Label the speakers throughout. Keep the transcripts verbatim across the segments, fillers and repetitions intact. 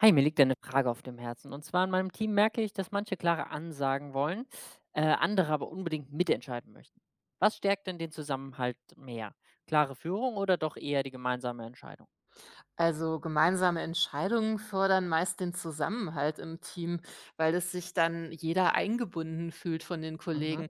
Speaker 1: Hi, mir liegt eine Frage auf dem Herzen. Und zwar in meinem Team merke ich, dass manche klare Ansagen wollen, äh, andere aber unbedingt mitentscheiden möchten. Was stärkt denn den Zusammenhalt mehr? Klare Führung oder doch eher die gemeinsame Entscheidung?
Speaker 2: Also gemeinsame Entscheidungen fördern meist den Zusammenhalt im Team, weil es sich dann jeder eingebunden fühlt von den
Speaker 1: Mhm,
Speaker 2: Kollegen.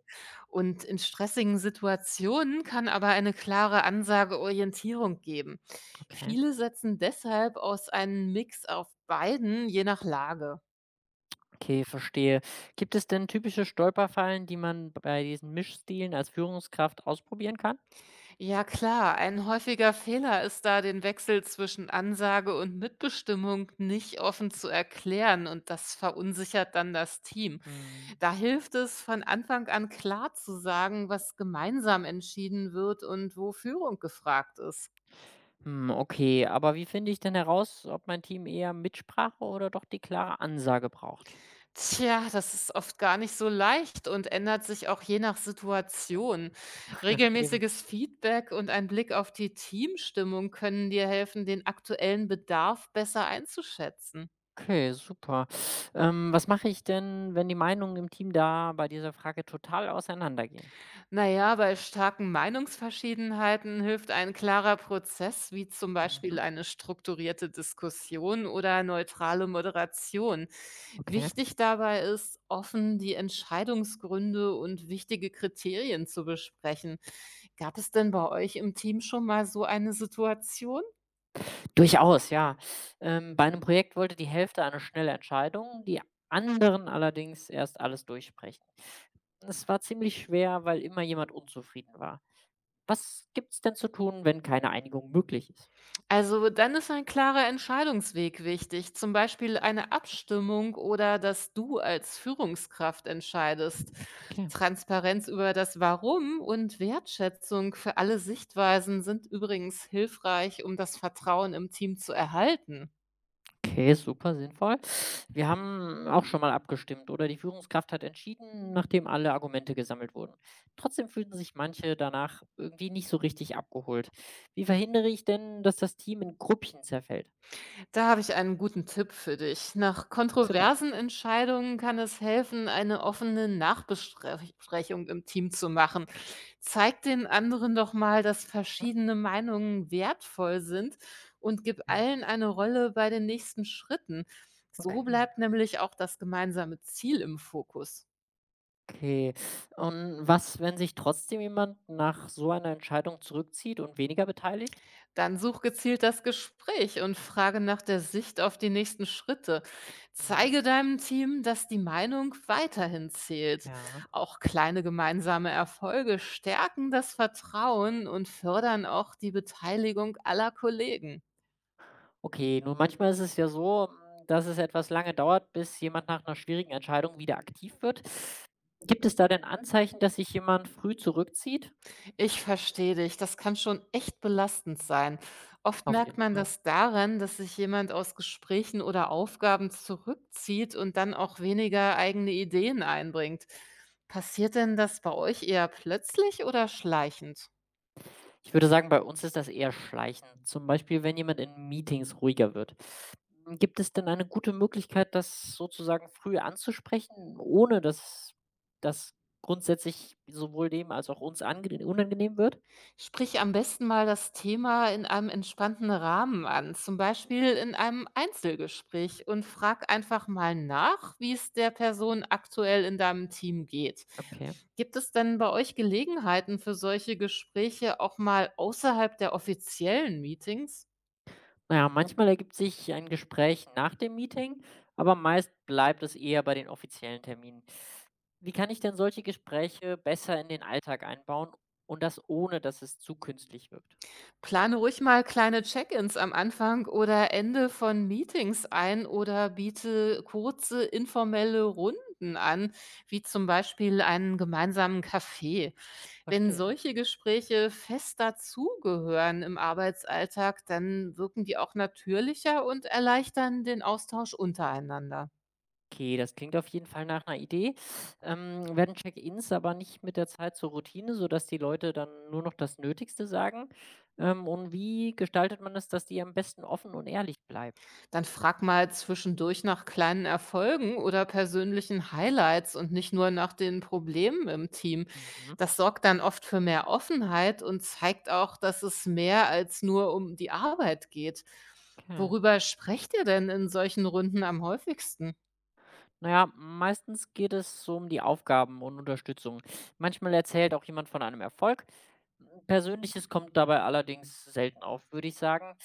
Speaker 2: Und in stressigen Situationen kann aber eine klare Ansage Orientierung geben.
Speaker 1: okay.
Speaker 2: Viele setzen deshalb aus einem Mix auf beiden, je nach Lage.
Speaker 1: Okay, verstehe. Gibt es denn typische Stolperfallen, die man bei diesen Mischstilen als Führungskraft ausprobieren kann?
Speaker 2: Ja klar, ein häufiger Fehler ist da, den Wechsel zwischen Ansage und Mitbestimmung nicht offen zu erklären und das verunsichert dann das Team.
Speaker 1: Mhm.
Speaker 2: Da hilft es, von Anfang an klar zu sagen, was gemeinsam entschieden wird und wo Führung gefragt ist.
Speaker 1: Hm, okay, aber wie finde ich denn heraus, ob mein Team eher Mitsprache oder doch die klare Ansage braucht?
Speaker 2: Tja, das ist oft gar nicht so leicht und ändert sich auch je nach Situation.
Speaker 1: Eben.
Speaker 2: Regelmäßiges Feedback und ein Blick auf die Teamstimmung können dir helfen, den aktuellen Bedarf besser einzuschätzen.
Speaker 1: Okay, super. Ähm, was mache ich denn, wenn die Meinungen im Team da bei dieser Frage total auseinandergehen?
Speaker 2: Naja, bei starken Meinungsverschiedenheiten hilft ein klarer Prozess, wie zum Beispiel
Speaker 1: Mhm,
Speaker 2: eine strukturierte Diskussion oder neutrale Moderation.
Speaker 1: okay.
Speaker 2: Wichtig dabei ist, offen die Entscheidungsgründe und wichtige Kriterien zu besprechen. Gab es denn bei euch im Team schon mal so eine Situation?
Speaker 1: Durchaus, ja. Ähm, bei einem Projekt wollte die Hälfte eine schnelle Entscheidung, die anderen allerdings erst alles durchsprechen. Es war ziemlich schwer, weil immer jemand unzufrieden war. Was gibt's denn zu tun, wenn keine Einigung möglich ist?
Speaker 2: Also dann ist ein klarer Entscheidungsweg wichtig, zum Beispiel eine Abstimmung oder dass du als Führungskraft entscheidest.
Speaker 1: Okay.
Speaker 2: Transparenz über das Warum und Wertschätzung für alle Sichtweisen sind übrigens hilfreich, um das Vertrauen im Team zu erhalten.
Speaker 1: Okay, super sinnvoll. Wir haben auch schon mal abgestimmt oder die Führungskraft hat entschieden, nachdem alle Argumente gesammelt wurden. Trotzdem fühlten sich manche danach irgendwie nicht so richtig abgeholt. Wie verhindere ich denn, dass das Team in Gruppchen zerfällt?
Speaker 2: Da habe ich einen guten Tipp für dich. Nach
Speaker 1: Super.
Speaker 2: kontroversen Entscheidungen kann es helfen, eine offene Nachbesprechung im Team zu machen. Zeig den anderen doch mal, dass
Speaker 1: Hm?
Speaker 2: verschiedene Meinungen wertvoll sind und gib
Speaker 1: Ja,
Speaker 2: allen eine Rolle bei den nächsten Schritten.
Speaker 1: okay.
Speaker 2: So bleibt nämlich auch das gemeinsame Ziel im Fokus.
Speaker 1: Okay. Und was, wenn sich trotzdem jemand nach so einer Entscheidung zurückzieht und weniger beteiligt?
Speaker 2: Dann such gezielt das Gespräch und frage nach der Sicht auf die nächsten Schritte.
Speaker 1: Mhm.
Speaker 2: Zeige deinem Team, dass die Meinung weiterhin zählt.
Speaker 1: Ja.
Speaker 2: Auch kleine gemeinsame Erfolge stärken das Vertrauen und fördern auch die Beteiligung aller Kollegen.
Speaker 1: Okay, nun manchmal ist es ja so, hm, dass es etwas lange dauert, bis jemand nach einer schwierigen Entscheidung wieder aktiv wird. Gibt es da denn Anzeichen, dass sich jemand früh zurückzieht?
Speaker 2: Ich verstehe dich. Das kann schon echt belastend sein. Oft
Speaker 1: Auf
Speaker 2: merkt
Speaker 1: jeden
Speaker 2: man
Speaker 1: Fall.
Speaker 2: das daran, dass sich jemand aus Gesprächen oder Aufgaben zurückzieht und dann auch weniger eigene Ideen einbringt. Passiert denn das bei euch eher plötzlich oder schleichend?
Speaker 1: Ich würde sagen, bei uns ist das eher schleichend, zum Beispiel, wenn jemand in Meetings ruhiger wird. Hm, gibt es denn eine gute Möglichkeit, das sozusagen früh anzusprechen, ohne dass das grundsätzlich sowohl dem als auch uns angene unangenehm wird?
Speaker 2: Sprich am besten mal das Thema in einem entspannten Rahmen an, zum Beispiel in einem Einzelgespräch und frag einfach mal nach, wie es der Person aktuell in deinem Team geht.
Speaker 1: Okay.
Speaker 2: Gibt es denn bei euch Gelegenheiten für solche Gespräche auch mal außerhalb der offiziellen Meetings?
Speaker 1: Na ja, manchmal ergibt sich ein Gespräch nach dem Meeting, aber meist bleibt es eher bei den offiziellen Terminen. Wie kann ich denn solche Gespräche besser in den Alltag einbauen und das ohne, dass es zu künstlich wirkt?
Speaker 2: Plane ruhig mal kleine Check-ins am Anfang oder Ende von Meetings ein oder biete kurze informelle Runden an, wie zum Beispiel einen gemeinsamen Kaffee. Wenn
Speaker 1: Verstehe.
Speaker 2: solche Gespräche fest dazugehören im Arbeitsalltag, dann wirken die auch natürlicher und erleichtern den Austausch untereinander.
Speaker 1: Okay, das klingt auf jeden Fall nach einer Idee. Ähm, werden Check-ins aber nicht mit der Zeit zur Routine, sodass die Leute dann nur noch das Nötigste sagen? Ähm, und wie gestaltet man es, dass die am besten offen und ehrlich bleiben?
Speaker 2: Dann frag mal zwischendurch nach kleinen Erfolgen oder persönlichen Highlights und nicht nur nach den Problemen im Team.
Speaker 1: Mhm,
Speaker 2: Das sorgt dann oft für mehr Offenheit und zeigt auch, dass es mehr als nur um die Arbeit geht.
Speaker 1: okay.
Speaker 2: Worüber sprecht ihr denn in solchen Runden am häufigsten?
Speaker 1: Naja, meistens geht es so um die Aufgaben und Unterstützung. Manchmal erzählt auch jemand von einem Erfolg. Hm, Persönliches kommt dabei allerdings selten auf, würde ich sagen.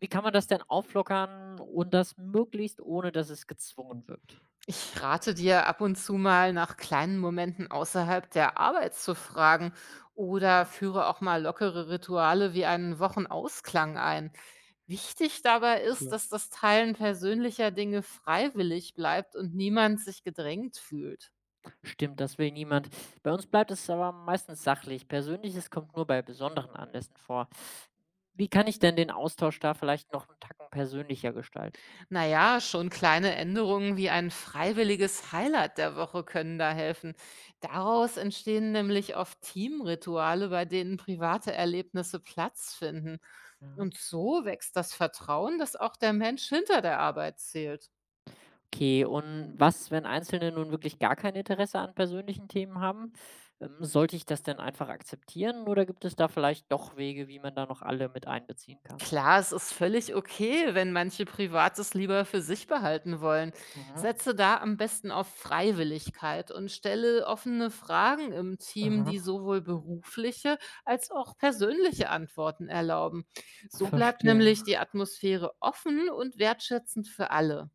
Speaker 1: Wie kann man das denn auflockern und das möglichst, ohne dass es gezwungen wirkt?
Speaker 2: Ich rate dir, ab und zu mal nach kleinen Momenten außerhalb der Arbeit zu fragen oder
Speaker 1: Mhm.
Speaker 2: führe auch mal lockere Rituale wie einen Wochenausklang ein. Wichtig dabei ist,
Speaker 1: Schön.
Speaker 2: dass das Teilen persönlicher Dinge freiwillig bleibt und niemand sich gedrängt fühlt.
Speaker 1: Stimmt, das will niemand. Bei uns bleibt es aber meistens sachlich. Persönliches kommt nur bei besonderen Anlässen vor. Wie kann ich denn den Austausch da vielleicht noch einen Tacken persönlicher gestalten?
Speaker 2: Na ja, schon kleine Änderungen wie ein freiwilliges Highlight der Woche können da helfen. Daraus entstehen nämlich oft Teamrituale, bei denen private Erlebnisse Platz finden.
Speaker 1: Ja.
Speaker 2: Und so wächst das Vertrauen, dass auch der Mensch hinter der Arbeit zählt.
Speaker 1: Okay, und was, wenn Einzelne nun wirklich gar kein Interesse an persönlichen Themen haben? Ähm, sollte ich das denn einfach akzeptieren oder gibt es da vielleicht doch Wege, wie man da noch alle mit einbeziehen kann?
Speaker 2: Klar, es ist völlig okay, wenn manche Privates lieber für sich behalten wollen.
Speaker 1: Mhm.
Speaker 2: Setze da am besten auf Freiwilligkeit und stelle offene Fragen im Team,
Speaker 1: Mhm.
Speaker 2: die sowohl berufliche als auch persönliche Antworten erlauben. So bleibt
Speaker 1: Verstehe.
Speaker 2: nämlich die Atmosphäre offen und wertschätzend für alle.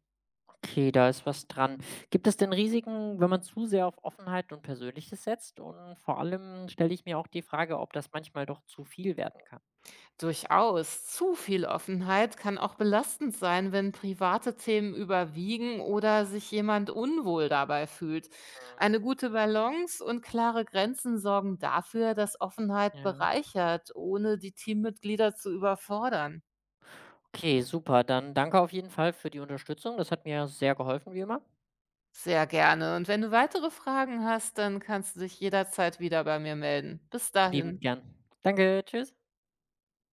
Speaker 1: Okay, da ist was dran. Gibt es denn Risiken, wenn man zu sehr auf Offenheit und Persönliches setzt? Und vor allem stelle ich mir auch die Frage, ob das manchmal doch zu viel werden kann.
Speaker 2: Durchaus. Zu viel Offenheit kann auch belastend sein, wenn private Themen überwiegen oder sich jemand unwohl dabei fühlt.
Speaker 1: Mhm.
Speaker 2: Eine gute Balance und klare Grenzen sorgen dafür, dass Offenheit
Speaker 1: Ja.
Speaker 2: bereichert, ohne die Teammitglieder zu überfordern.
Speaker 1: Okay, super. Dann danke auf jeden Fall für die Unterstützung. Das hat mir sehr geholfen, wie immer.
Speaker 2: Sehr gerne. Und wenn du weitere Fragen hast, dann kannst du dich jederzeit wieder bei mir melden. Bis dahin.
Speaker 1: Liebend gern. Danke, tschüss.